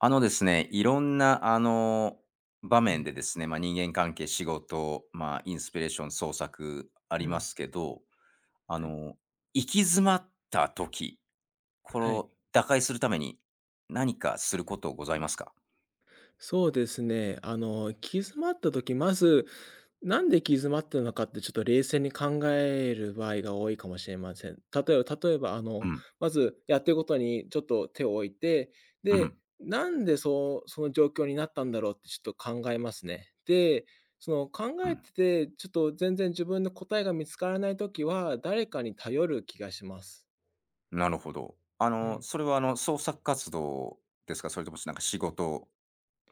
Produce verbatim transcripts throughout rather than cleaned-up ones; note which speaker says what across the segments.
Speaker 1: あのですね、いろんな、あの、場
Speaker 2: う
Speaker 1: 面
Speaker 2: ん、
Speaker 1: でですね、まあ、人間関係、仕事、まあ、インスピレーション、創作あり
Speaker 2: う
Speaker 1: ま
Speaker 2: ん。
Speaker 1: すけど、あ
Speaker 2: はい、
Speaker 1: の、行き詰まった時、これ
Speaker 2: はい。
Speaker 1: を打開するために何かすることございますか？
Speaker 2: そうですね。あの、行き詰まった時、まず、なんで行き詰まったのかってちょっと冷静に考える場合が多いかもしれません。例えば例えば、あ
Speaker 1: う
Speaker 2: の、
Speaker 1: ん、
Speaker 2: まずやってることにちょっと手を置いて、
Speaker 1: う
Speaker 2: で、
Speaker 1: ん、
Speaker 2: なんでそうその状況になったんだろうってちょっと考えますね。で、その考
Speaker 1: う
Speaker 2: え
Speaker 1: ん。
Speaker 2: てて、ちょっと全然自分の答えが見つからない時は、誰かに頼る気がします。
Speaker 1: なるほど。あ
Speaker 2: う
Speaker 1: の、
Speaker 2: ん。
Speaker 1: それは、あの、創作活動ですか？それとも、なんか仕事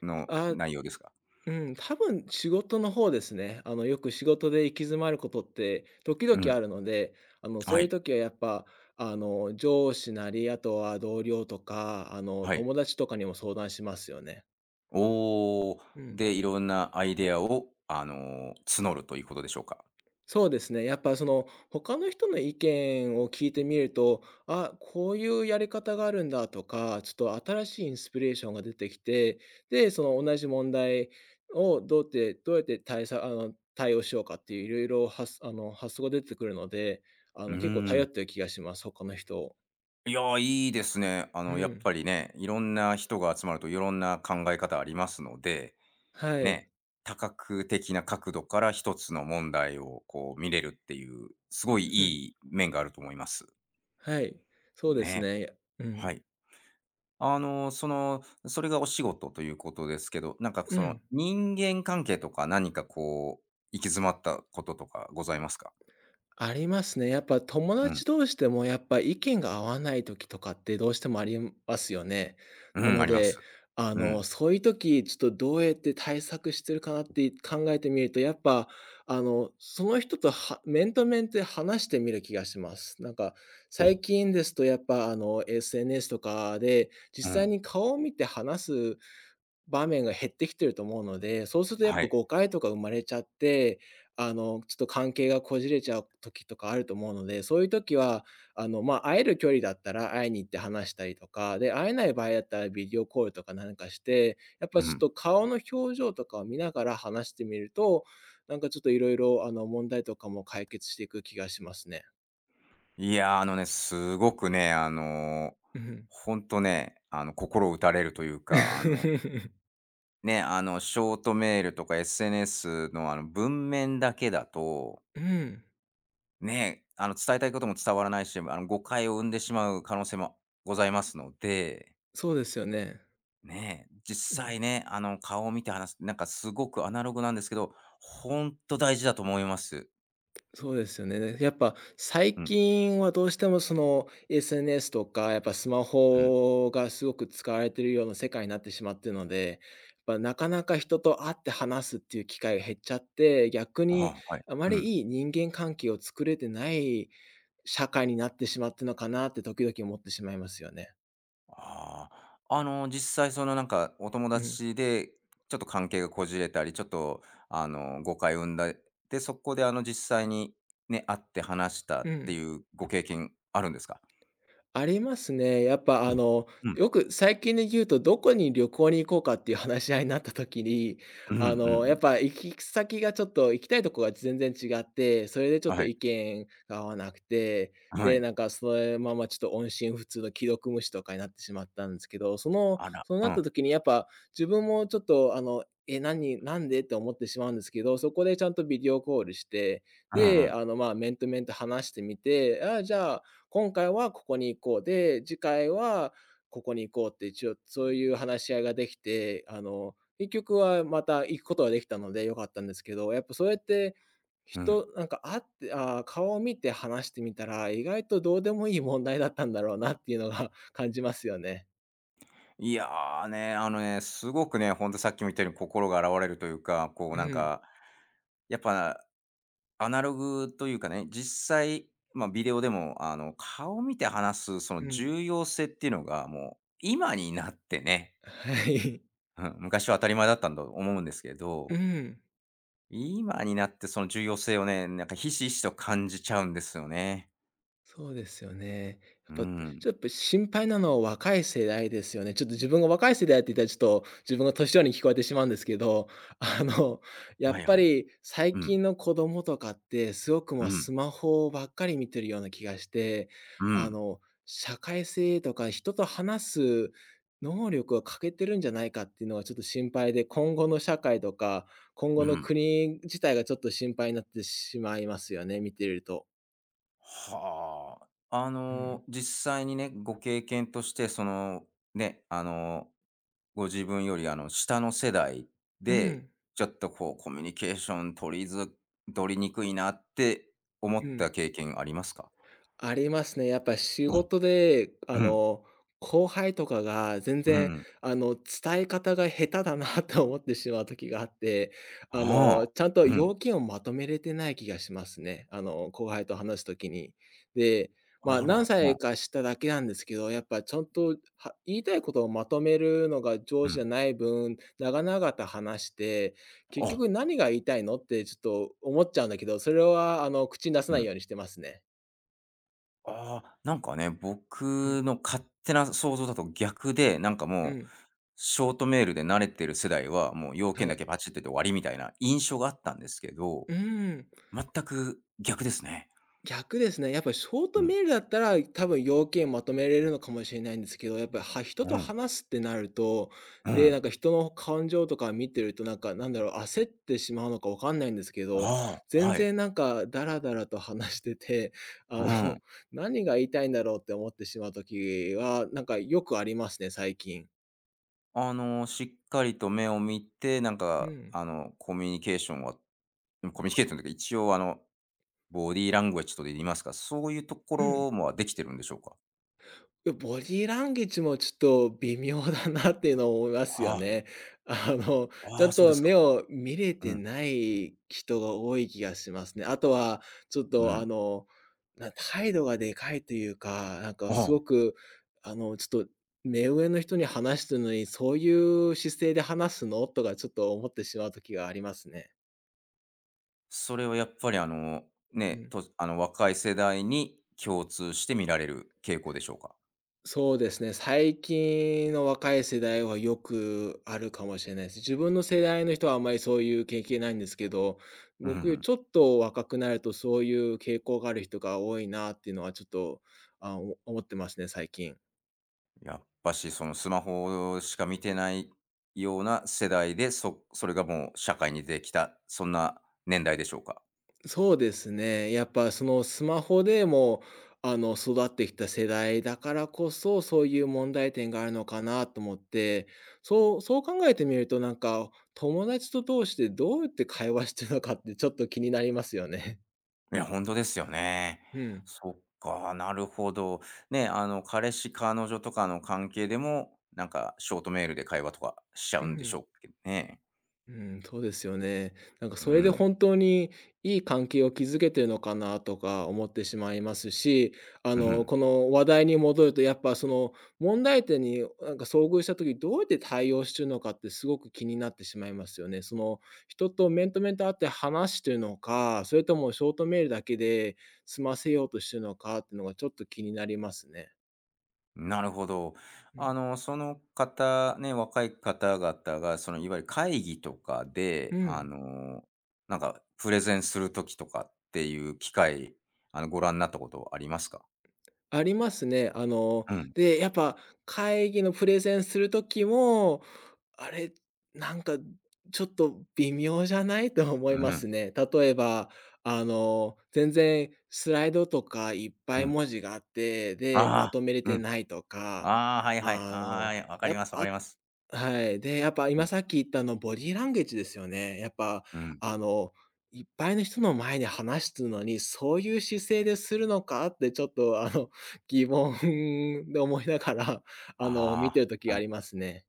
Speaker 1: の
Speaker 2: ああ、
Speaker 1: 内容ですか？
Speaker 2: うん、多分仕事の方ですね。あの、よく仕事で行き詰まることって時
Speaker 1: う
Speaker 2: 々
Speaker 1: ん、
Speaker 2: あるので、あの、そ
Speaker 1: は
Speaker 2: ういう
Speaker 1: い、
Speaker 2: 時はやっぱ、あの、上司なり、あとは同僚とか、あの、
Speaker 1: はい。
Speaker 2: 友達とかにも相談しますよね。
Speaker 1: おお。
Speaker 2: うん。
Speaker 1: で、いろんなアイデアを、あの、募るということでしょうか？
Speaker 2: そうですね。やっぱその他の人の意見を聞いてみると、あ、こういうやり方があるんだとか、ちょっと新しいインスピレーションが出てきて、で、その同じ問題をどうやってどうやって対策あの、対応しようかっていういろいろ発あの、発想が出てくるので、あ
Speaker 1: うー
Speaker 2: の、結構頼っ
Speaker 1: ん。
Speaker 2: てる気がします、他の人を。
Speaker 1: いやー、いいですね。あ
Speaker 2: う
Speaker 1: の、やっ
Speaker 2: ん。
Speaker 1: ぱりね、いろんな人が集まるといろんな考え方ありますので、
Speaker 2: はい。
Speaker 1: ね、多角的な角度から一つの問題をこう見れるっていう、すごい
Speaker 2: うん。
Speaker 1: いい面があると思います。
Speaker 2: はい。そうです
Speaker 1: ね、
Speaker 2: ね。う
Speaker 1: は
Speaker 2: ん。
Speaker 1: い。あの、その、それがお仕事ということですけど、なんか
Speaker 2: う
Speaker 1: その
Speaker 2: ん。
Speaker 1: 人間関係とか何かこう、行き詰まったこととかございますか？
Speaker 2: ありますね。やっぱ友
Speaker 1: うん。
Speaker 2: 達同士でもやっぱ意見が合わない時とかってどうしてもありますよね。
Speaker 1: う
Speaker 2: な
Speaker 1: ん、あ
Speaker 2: の
Speaker 1: ります。
Speaker 2: で、あ
Speaker 1: う
Speaker 2: の、
Speaker 1: ん。
Speaker 2: そういう時、ちょっとどうやって対策してるかなって考えてみると、やっぱ、あの、その人とは面と面で話してみる気がします。なんか、
Speaker 1: お、
Speaker 2: 最近ですとやっぱあの、エスエヌエス とかで
Speaker 1: う
Speaker 2: 実際
Speaker 1: ん。
Speaker 2: に顔を見て話す場面が減ってきてると思うので、そうするとやっ
Speaker 1: は
Speaker 2: ぱ
Speaker 1: い。
Speaker 2: 誤解とか生まれちゃって、あの、ちょっと関係がこじれちゃう時とかあると思うので、そういう時は、あの、まあ、会える距離だったら会いに行って話したりとか、で、会えない場合だったらビデオコールとか何かして、やっ
Speaker 1: う
Speaker 2: ぱちょっ
Speaker 1: ん。
Speaker 2: と顔の表情とかを見ながら話してみると、なんかちょっといろいろあの、問題とかも解決していく気がしますね。
Speaker 1: いやー、あのね、すごくね、あのー、
Speaker 2: うん。
Speaker 1: ほんとね、あの、心打たれるというか、あの、ね、あの、ショートメールとか エスエヌエス の、あの、文面だけだと、
Speaker 2: うん。
Speaker 1: ね、あの、伝えたいことも伝わらないし、あの、誤解を生んでしまう可能性もございますので、
Speaker 2: そうですよね。
Speaker 1: ね、
Speaker 2: う
Speaker 1: 実
Speaker 2: ん。
Speaker 1: 際ね、あの、顔を見て話す、なんかすごくアナログなんですけど、ほんと大事だと思います。
Speaker 2: そうですよね。やっぱ
Speaker 1: う
Speaker 2: 最
Speaker 1: ん、
Speaker 2: 近はどうしてもその エスエヌエス とか、やっぱスマ
Speaker 1: うん。
Speaker 2: ホがすごく使われてるような世界になってしまってるので、やっぱなかなか人と会って話すっていう機会が減っちゃって、逆に
Speaker 1: ああ、はい。
Speaker 2: あま
Speaker 1: うん。
Speaker 2: りいい人間関係を作れてない社会になってしまってるのかなって時々思ってしまいますよね。
Speaker 1: ああ、あの、実際そのなんかお友
Speaker 2: うん。
Speaker 1: 達でちょっと関係がこじれたり、ちょっとあの、誤解を生んだ、で、そこであの実際にね、会って話した
Speaker 2: う
Speaker 1: って
Speaker 2: ん。
Speaker 1: いうご経験あるんですか？
Speaker 2: ありますね。やっぱ
Speaker 1: お、
Speaker 2: あの、
Speaker 1: うん、
Speaker 2: よく最近で言うと、どこに旅行に行こうかっていう話し合いになった時に、
Speaker 1: うんうんう
Speaker 2: あの、や
Speaker 1: ん。
Speaker 2: っぱ行き先がちょっと行きたいとこが全然違って、それでちょっ
Speaker 1: は
Speaker 2: と
Speaker 1: い、
Speaker 2: 意見が合わなくて、
Speaker 1: は
Speaker 2: で、
Speaker 1: い。
Speaker 2: なんかそのままちょっと音信不通の既読無視とかになってしまったんですけど、その、
Speaker 1: あら、
Speaker 2: そう
Speaker 1: う
Speaker 2: なった
Speaker 1: ん、
Speaker 2: 時にやっぱ自分もちょっとあの、え、何、なんでって思ってしまうんですけど、そこでちゃんとビデオコールして、
Speaker 1: うんう
Speaker 2: で、
Speaker 1: ん、
Speaker 2: あの、まあ、面と面と話してみて、ああ、じゃあ、今回はここに行こう、で、次回はここに行こうって一応そういう話し合いができて、あの、結局はまた行くことができたので良かったんですけど、やっぱそうやって、
Speaker 1: うん。
Speaker 2: 人なんか会って、ああ、顔を見て話してみたら、意外とどうでもいい問題だったんだろうなっていうのが 感じますよね。
Speaker 1: いや、ね、あのね、すごくね、ほんとさっきも言ったように心が洗われるというか、こう
Speaker 2: う
Speaker 1: なん
Speaker 2: ん、
Speaker 1: かやっぱ、アナログというかね、実際、まあ、ビデオでも、あの、顔見て話すその
Speaker 2: うん。
Speaker 1: 重要性っていうのが、もう今になってね、
Speaker 2: はい。
Speaker 1: うん、昔は当たり前だったんだと思うんですけ
Speaker 2: う
Speaker 1: ど、
Speaker 2: ん。
Speaker 1: 今になってその重要性をね、なんかひしひしと感じちゃうんですよね。
Speaker 2: そうですよね。
Speaker 1: う
Speaker 2: やっぱ、ちょっ
Speaker 1: ん。
Speaker 2: とやっぱ心配なのは若い世代ですよね。ちょっと自分が若い世代って言ったら、ちょっと自分が年寄りに聞こえてしまうんですけど、あの、や
Speaker 1: は
Speaker 2: っ
Speaker 1: い
Speaker 2: ぱ
Speaker 1: はい。
Speaker 2: り最
Speaker 1: うん、
Speaker 2: 近の子供とかって、すごく
Speaker 1: う
Speaker 2: もう
Speaker 1: ん、
Speaker 2: スマホばっかり見てるような気がして、
Speaker 1: う
Speaker 2: あ
Speaker 1: ん、
Speaker 2: の、社会性とか人と話す能力が欠けてるんじゃないかっていうのがちょっと心配で、今後の社会とか、今
Speaker 1: う
Speaker 2: 後の
Speaker 1: ん。
Speaker 2: 国自体がちょっと心配になってしまいますよね、見てると。
Speaker 1: はあ。あ
Speaker 2: う
Speaker 1: の、
Speaker 2: ん。
Speaker 1: 実際にね、ご経験として、その、ね、あのご自分より、あの、下の世代
Speaker 2: う
Speaker 1: で、
Speaker 2: ん。
Speaker 1: ちょっとこうコミュニケーション取りづ取りにくいなって思
Speaker 2: う
Speaker 1: った
Speaker 2: ん、
Speaker 1: 経験ありますか？
Speaker 2: ありますね。やっぱ仕
Speaker 1: あ、
Speaker 2: 事で、あ
Speaker 1: うん、
Speaker 2: の、後輩とかが全
Speaker 1: う
Speaker 2: 然、
Speaker 1: ん。
Speaker 2: あの、伝え方が下手だな と思ってしまう時があって、あ
Speaker 1: ああ、
Speaker 2: の、ちゃんと
Speaker 1: うん。
Speaker 2: 要件をまとめれてない気がしますね。あの、後輩と話す時に。で、まあ、
Speaker 1: あ
Speaker 2: 何
Speaker 1: ら、うん、
Speaker 2: 歳かしただけなんですけど、やっぱちゃんと、は言いたいことをまとめるのが
Speaker 1: う
Speaker 2: 上手じゃ
Speaker 1: ん。
Speaker 2: ない分、長々と話して、結
Speaker 1: あ、
Speaker 2: 局何が言いたいのってちょっと思っちゃうんだけど、それは、あの、口に出さ
Speaker 1: う
Speaker 2: ない
Speaker 1: ん。
Speaker 2: ようにしてますね。
Speaker 1: ああ、なんかね、
Speaker 2: うん、
Speaker 1: 僕の勝手な想像だと逆で、なんか
Speaker 2: う
Speaker 1: もう、
Speaker 2: ん、
Speaker 1: ショートメールで慣れてる世代は、もう要件
Speaker 2: は
Speaker 1: だ
Speaker 2: い。
Speaker 1: けパチッとって終わりみたいな印象があったんですけど、
Speaker 2: うーん、
Speaker 1: 全く逆ですね。
Speaker 2: 逆ですね。やっぱりショー
Speaker 1: う
Speaker 2: ト
Speaker 1: ん、
Speaker 2: メールだったら、多分要件まとめれるのかもしれないんですけど、やっぱり、は人
Speaker 1: う
Speaker 2: と
Speaker 1: ん、
Speaker 2: 話すってなると、
Speaker 1: う
Speaker 2: で、なん
Speaker 1: ん。
Speaker 2: か人の感情とか見てると、なんか、なんだろう、焦ってしまうのかわかんないんですけど、
Speaker 1: ああ、
Speaker 2: 全
Speaker 1: はい。
Speaker 2: 然なんかダラダラと話してて、あ
Speaker 1: う
Speaker 2: の、
Speaker 1: ん。
Speaker 2: 何が言いたいんだろうって思ってしまう時は、なんかよくありますね、最近。
Speaker 1: あの、しっかりと目を見て、なん
Speaker 2: う
Speaker 1: か、
Speaker 2: ん、
Speaker 1: あの、コミュニケーションはうん、コミュニケーションというか、一応、あの、ボディーランゲージとで言いますか、そういうとこ
Speaker 2: うん。
Speaker 1: ろもできてるんでしょうか？
Speaker 2: ボディーランゲージもちょっと微妙だなっていうのを思いますよ
Speaker 1: ああ、
Speaker 2: ね。あの、ち
Speaker 1: あ
Speaker 2: ゃ
Speaker 1: あ、
Speaker 2: ん
Speaker 1: そうで
Speaker 2: と
Speaker 1: すか。
Speaker 2: 目を見れ
Speaker 1: う
Speaker 2: て
Speaker 1: ん、
Speaker 2: ない人が多い気がしますね。あとは、ちょっ
Speaker 1: う
Speaker 2: とあ
Speaker 1: ん。
Speaker 2: の、な態度がでかいというか、なんか
Speaker 1: あ
Speaker 2: す
Speaker 1: あ、
Speaker 2: ごく、あの、ちょっと目上の人に話してるのに、そういう姿勢で話すの？とかちょっと思ってしまう時がありますね。
Speaker 1: それはやっぱり、あの、
Speaker 2: う
Speaker 1: ね、
Speaker 2: ん。
Speaker 1: とあの、若い世代に共通して見られる傾向でしょうか？
Speaker 2: そうですね、最近の若い世代はよくあるかもしれないです。自分の世代の人はあまりそういう経験ないんですけど、
Speaker 1: うんう
Speaker 2: 僕より
Speaker 1: ん。
Speaker 2: ちょっと若くなるとそういう傾向がある人が多いなっていうのはちょっと、あ、お思ってますね、最近。
Speaker 1: やっぱし、その、スマホしか見てないような世代で、そそれがもう社会に出てきた、そんな年代でしょうか？
Speaker 2: そうですね。やっぱそのスマホでも、あの、育ってきた世代だからこそ、そういう問題点があるのかなと思って、そうそう考えてみると、なんか、友達と通してどうやって会話してるのかってちょっと気になりますよね。
Speaker 1: ね、や本当ですよね。
Speaker 2: うん。
Speaker 1: そっか、なるほど。ね、あの、彼氏、彼女とかの関係でも、なんかショートメールで会話とかしちゃう
Speaker 2: う
Speaker 1: んでし
Speaker 2: ん。
Speaker 1: ょうけどね。
Speaker 2: うん、そうですよね。なんか
Speaker 1: う
Speaker 2: それで
Speaker 1: ん。
Speaker 2: 本当にいい関係を築けてるのかなとか思ってしまいますし、あ
Speaker 1: う
Speaker 2: の、
Speaker 1: ん。
Speaker 2: この話題に戻るとやっぱその問題点になんか遭遇した時どうやって対応してるのかってすごく気になってしまいますよね。その人と面と面と会って話してるのか、それともショートメールだけで済ませようとしてるのかっていうのがちょっと気になりますね。
Speaker 1: なるほど。
Speaker 2: う
Speaker 1: あ
Speaker 2: ん。
Speaker 1: の、その方ね、若い方々が、その、いわゆる会議とか
Speaker 2: う
Speaker 1: で、あ
Speaker 2: ん。
Speaker 1: の、なんかプレゼンする時とかっていう機会、あの、ご覧になったことありますか？
Speaker 2: ありますね。あの、
Speaker 1: うん。
Speaker 2: で、やっぱ会議のプレゼンする時も、あれ、なんかちょっと微妙じゃない？と思
Speaker 1: う
Speaker 2: い
Speaker 1: ん
Speaker 2: ま
Speaker 1: うん。
Speaker 2: すね。例えば、あの、全然スライドとかいっ
Speaker 1: う
Speaker 2: ぱい
Speaker 1: ん。
Speaker 2: 文字があって、で、
Speaker 1: あ
Speaker 2: ま
Speaker 1: あ、
Speaker 2: とめれ
Speaker 1: う
Speaker 2: て
Speaker 1: ん
Speaker 2: ないとか、
Speaker 1: ああ、はいはい。
Speaker 2: あの、
Speaker 1: ああ、わか
Speaker 2: や
Speaker 1: り
Speaker 2: っ
Speaker 1: ますわかり
Speaker 2: ぱ
Speaker 1: ます。
Speaker 2: はい。で、やっぱ
Speaker 1: う
Speaker 2: 今
Speaker 1: ん、
Speaker 2: さっき言ったあのボディーランゲージですよね。やっぱ
Speaker 1: うん。
Speaker 2: あの、いっぱいの人の前で話すのに、そういう姿勢でするのかってちょっとあの、疑問で思いながら、あの、見
Speaker 1: あ
Speaker 2: てる
Speaker 1: あ、
Speaker 2: 時
Speaker 1: う
Speaker 2: あ
Speaker 1: ん。
Speaker 2: りますね。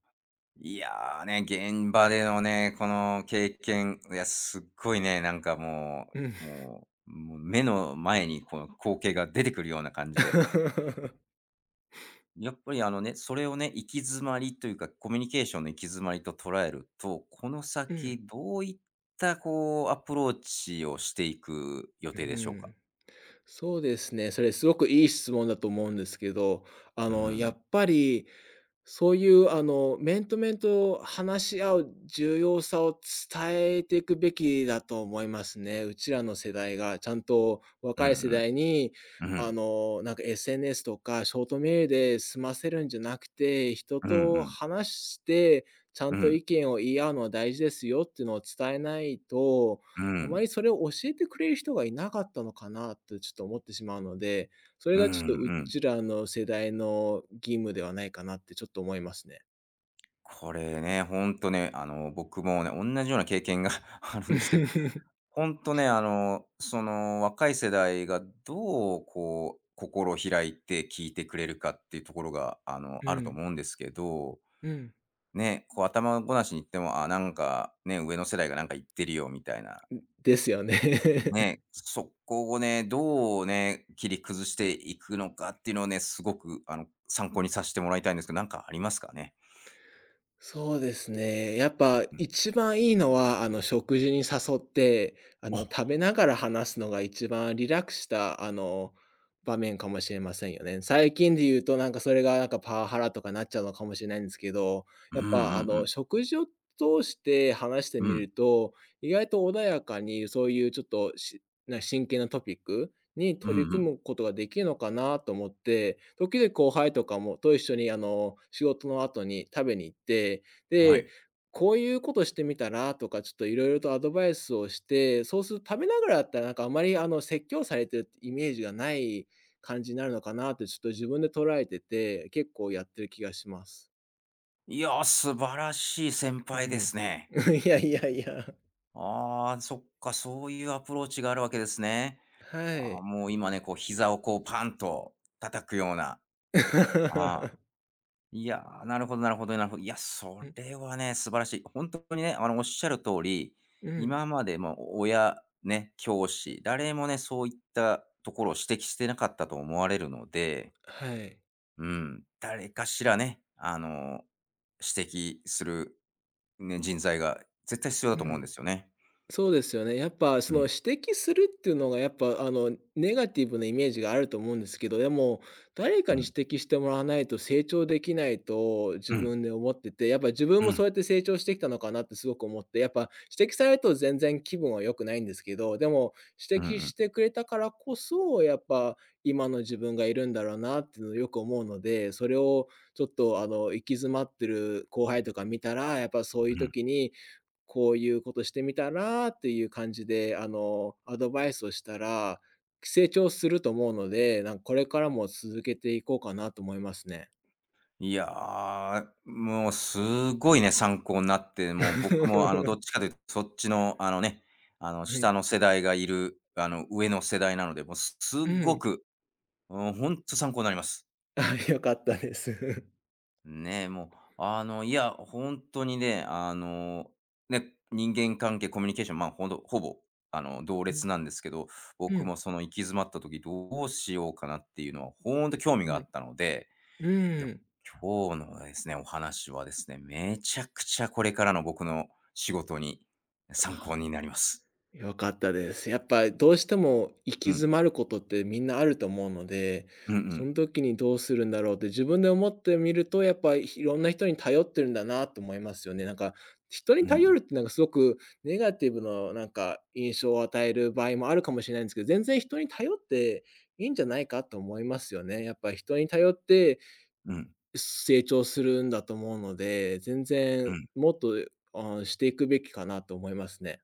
Speaker 1: いや、ね、現場でのね、この経験、いや、すっごいね、なんかも
Speaker 2: うん。
Speaker 1: うもうもう目の前にこの光景が出てくるような感じで、やっぱりあのね、それをね、行き詰まりというか、コミュニケーションの行き詰まりと捉えると、この
Speaker 2: う
Speaker 1: 先
Speaker 2: ん。
Speaker 1: どういったこうアプローチをしていく予
Speaker 2: う
Speaker 1: 定でしょうか？
Speaker 2: ん。そうですね、それすごくいい質問だと思うんですけど、あ
Speaker 1: う
Speaker 2: の、や
Speaker 1: ん。
Speaker 2: っぱりそういう、あの、面と面と話し合う重要さを伝えていくべきだと思いますね。うちらの世代がちゃんと
Speaker 1: う
Speaker 2: 若い世
Speaker 1: ん
Speaker 2: 代に、
Speaker 1: うん。う
Speaker 2: あ
Speaker 1: ん。
Speaker 2: の、なんか エスエヌエス とかショートメールで済ませるんじゃなくて、人
Speaker 1: うんう
Speaker 2: と
Speaker 1: ん。
Speaker 2: 話して、ちゃ
Speaker 1: う
Speaker 2: んと
Speaker 1: ん。
Speaker 2: 意見を言い合うのは大事ですよっていうのを伝えないと、
Speaker 1: うん。う
Speaker 2: あま
Speaker 1: ん。
Speaker 2: りそれを教えてくれる人がいなかったのかなとちょっと思ってしまうので、それ
Speaker 1: う
Speaker 2: がち
Speaker 1: ん
Speaker 2: ょっとう
Speaker 1: うん。
Speaker 2: ちらの世代の義務ではないかなってちょっと思いますね。
Speaker 1: これね、ほんとね、あの、僕もね、おんなじような経験が あるんですけど、ほんとね、あの、その、若い世代がどう、こう、心を開いて聞いてくれるかっていうところが、あの、
Speaker 2: う
Speaker 1: あると
Speaker 2: ん、
Speaker 1: 思うんですけど、
Speaker 2: うん。
Speaker 1: ね、こう、頭ごなしに言っても、あ、なんか、ね、上の世代がなんか言ってるよみたいな、
Speaker 2: ですよね。
Speaker 1: ね、そこをね、どうね、切り崩していくのかっていうのをね、すごく、あの、参考にさせてもらいたいんですけど、なんかありますかね？
Speaker 2: そうですね。やっぱ
Speaker 1: うん。
Speaker 2: 一番いいのは、あの、食事に誘って、あの、食
Speaker 1: あ、
Speaker 2: べながら話すのが一番リラックスした、あの、場面かもしれませんよね。最近で言うと、なんかそれがなんかパワハラとかなっちゃうのかもしれないんですけど、
Speaker 1: うん
Speaker 2: や
Speaker 1: う
Speaker 2: っ
Speaker 1: んう
Speaker 2: ぱあの、
Speaker 1: ん。
Speaker 2: 食事を通して話して
Speaker 1: う
Speaker 2: み
Speaker 1: ん。
Speaker 2: ると、意外と穏やかにそういうちょっとしな真剣なトピックに
Speaker 1: うん
Speaker 2: 取り
Speaker 1: うん。
Speaker 2: 組むことができるのかなと思って、時々後輩とかもと一緒にあの、仕事の後に食べに行って、
Speaker 1: は
Speaker 2: で、
Speaker 1: い。
Speaker 2: こういうことしてみたらとか、ちょっといろいろとアドバイスをして、そうすると食べながらだったらなんかあまりあの、説教されてるイメージがない感じになるのかなってちょっと自分で捉えてて、結構やってる気がします。
Speaker 1: いやー、素晴らしい先
Speaker 2: う
Speaker 1: 輩です
Speaker 2: ん。
Speaker 1: ね。
Speaker 2: いやいやいや。
Speaker 1: ああ、そっか、そういうアプローチがあるわけですね。
Speaker 2: は
Speaker 1: あー
Speaker 2: い。
Speaker 1: もう今ね、こう膝をこうパンと叩くような。ああ、いやー、なるほどなるほどなるほど。いや、そ
Speaker 2: うん、
Speaker 1: れはね、素晴らしい。本当にね、あの、おっしゃる通り、
Speaker 2: うん、
Speaker 1: 今までも親、ね、教師、誰もね、そういったところを指摘してなかったと思われるので、
Speaker 2: はい。
Speaker 1: うん、誰かしらね、あの、指摘するね、人材が絶対必要だ
Speaker 2: う
Speaker 1: と思うんで
Speaker 2: ん。
Speaker 1: すよね。
Speaker 2: そうですよね。やっぱそ
Speaker 1: う
Speaker 2: の
Speaker 1: ん、
Speaker 2: 指摘するっていうのがやっぱあのネガティブなイメージがあると思うんですけど、でも誰か
Speaker 1: う
Speaker 2: に
Speaker 1: ん、
Speaker 2: 指摘してもらわないと成長できないと
Speaker 1: う
Speaker 2: 自
Speaker 1: ん、うん、
Speaker 2: 分で思ってて、やっぱ自分
Speaker 1: う
Speaker 2: も
Speaker 1: ん
Speaker 2: そうやって成長してきたのかなってすごく思って、やっぱ指摘されると全然気分は良くないんですけど、でも
Speaker 1: う
Speaker 2: 指摘
Speaker 1: ん、
Speaker 2: してくれたからこそ、やっぱ今の自分がいるんだろうなっていうのをよく思うので、それをちょっとあの行き詰まってる後輩とか見たら、やっぱそういう
Speaker 1: うん。
Speaker 2: 時にこういうことしてみたらっていう感じで、あの、アドバイスをしたら、成長すると思うので、なんかこれからも続けていこうかなと思いますね。
Speaker 1: いやー、もうすごいね、参考になって、もう僕もあの、どっ ちかというとそっちのあのね、あの、
Speaker 2: う
Speaker 1: 下
Speaker 2: ん、
Speaker 1: の世代がいる、あの、上の世代なので、もうすすっ
Speaker 2: う
Speaker 1: ご
Speaker 2: ん。
Speaker 1: く、うん、本当参考になります。
Speaker 2: あ、良かったです。
Speaker 1: ねえ、もう、あの、いや、本当にね、あの、ね、人間関係、コミュニケーション、まあ、ほんと、ほぼ、あの、同
Speaker 2: う
Speaker 1: 列
Speaker 2: ん、
Speaker 1: なんですけど、
Speaker 2: う
Speaker 1: 僕
Speaker 2: ん、
Speaker 1: もその行き詰まった時どうしようかなっていうのは、ほんと興味
Speaker 2: う
Speaker 1: があっ
Speaker 2: ん、
Speaker 1: たので、いや、
Speaker 2: うん。
Speaker 1: 今日のですね、お話はですね、めちゃくちゃこれからの僕の仕事に参考になります。
Speaker 2: 良かったです。やっぱどうしても行
Speaker 1: う
Speaker 2: き
Speaker 1: ん。
Speaker 2: 詰まることってみんなあると思うので、
Speaker 1: うんう
Speaker 2: そ
Speaker 1: ん。
Speaker 2: の時にどうするんだろうって自分で思ってみると、やっぱいろんな人に頼ってるんだなと思いますよね。なんか、人
Speaker 1: う
Speaker 2: に
Speaker 1: んう
Speaker 2: 頼
Speaker 1: ん。
Speaker 2: るってなんかすごくネガティブのなんか印象を与える場合もあるかもしれないんですけど、全然人に頼っていいんじゃないかと思いますよね。やっぱ人に頼って
Speaker 1: うん。
Speaker 2: 成長するんだと思うので、全
Speaker 1: う
Speaker 2: 然
Speaker 1: ん。
Speaker 2: もっと、あ、していくべきかなと思いますね。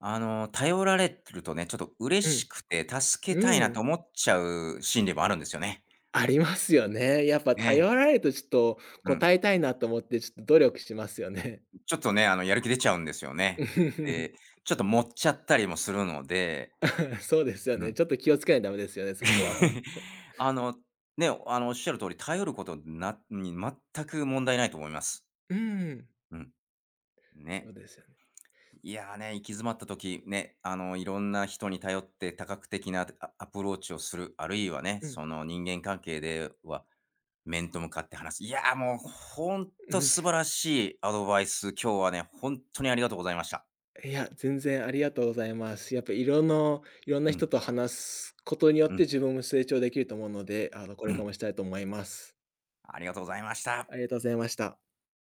Speaker 1: あの、頼られてるとね、ちょっと嬉
Speaker 2: う
Speaker 1: し
Speaker 2: ん。
Speaker 1: くて助けたいな
Speaker 2: う
Speaker 1: と
Speaker 2: ん。
Speaker 1: 思っちゃう心理もあるんですよね。
Speaker 2: ありますよね。やっぱ頼
Speaker 1: ね、
Speaker 2: られるとちょっと
Speaker 1: うん。
Speaker 2: 答えたいなと思って、ちょっと努力しますよね。
Speaker 1: ちょっとね、あの、やる気出ちゃうんですよね。で、ちょっと盛っちゃったりもするので、
Speaker 2: うんそうですよ
Speaker 1: う
Speaker 2: ね。
Speaker 1: ん。
Speaker 2: ちょっと気をつけないとダメですよね、そこは。
Speaker 1: あの、ね、あの、おっしゃる通り、頼ることなに全く問題ないと思います。
Speaker 2: うん、
Speaker 1: うん。
Speaker 2: そう
Speaker 1: ね。
Speaker 2: ですよね。
Speaker 1: いや、ね、行き詰まった時、ね、あの、いろんな人に頼って多角的なアアプローチをする、あるいはね、
Speaker 2: うん、
Speaker 1: その、人間関係では、面と向かって話す。いや、もうほん
Speaker 2: う
Speaker 1: と
Speaker 2: ん。
Speaker 1: 素晴らしいアドバイス、今日はね、本当にありがとうございました。
Speaker 2: いや、全然ありがとうございます。やっぱ色のいろんな
Speaker 1: うん。
Speaker 2: 人と話すことによ
Speaker 1: う
Speaker 2: って
Speaker 1: ん、
Speaker 2: 自分も成長できると思うので、あの、これ
Speaker 1: う
Speaker 2: から
Speaker 1: ん。
Speaker 2: もしたいと思います。
Speaker 1: ありがとうございました。
Speaker 2: ありがとうございました。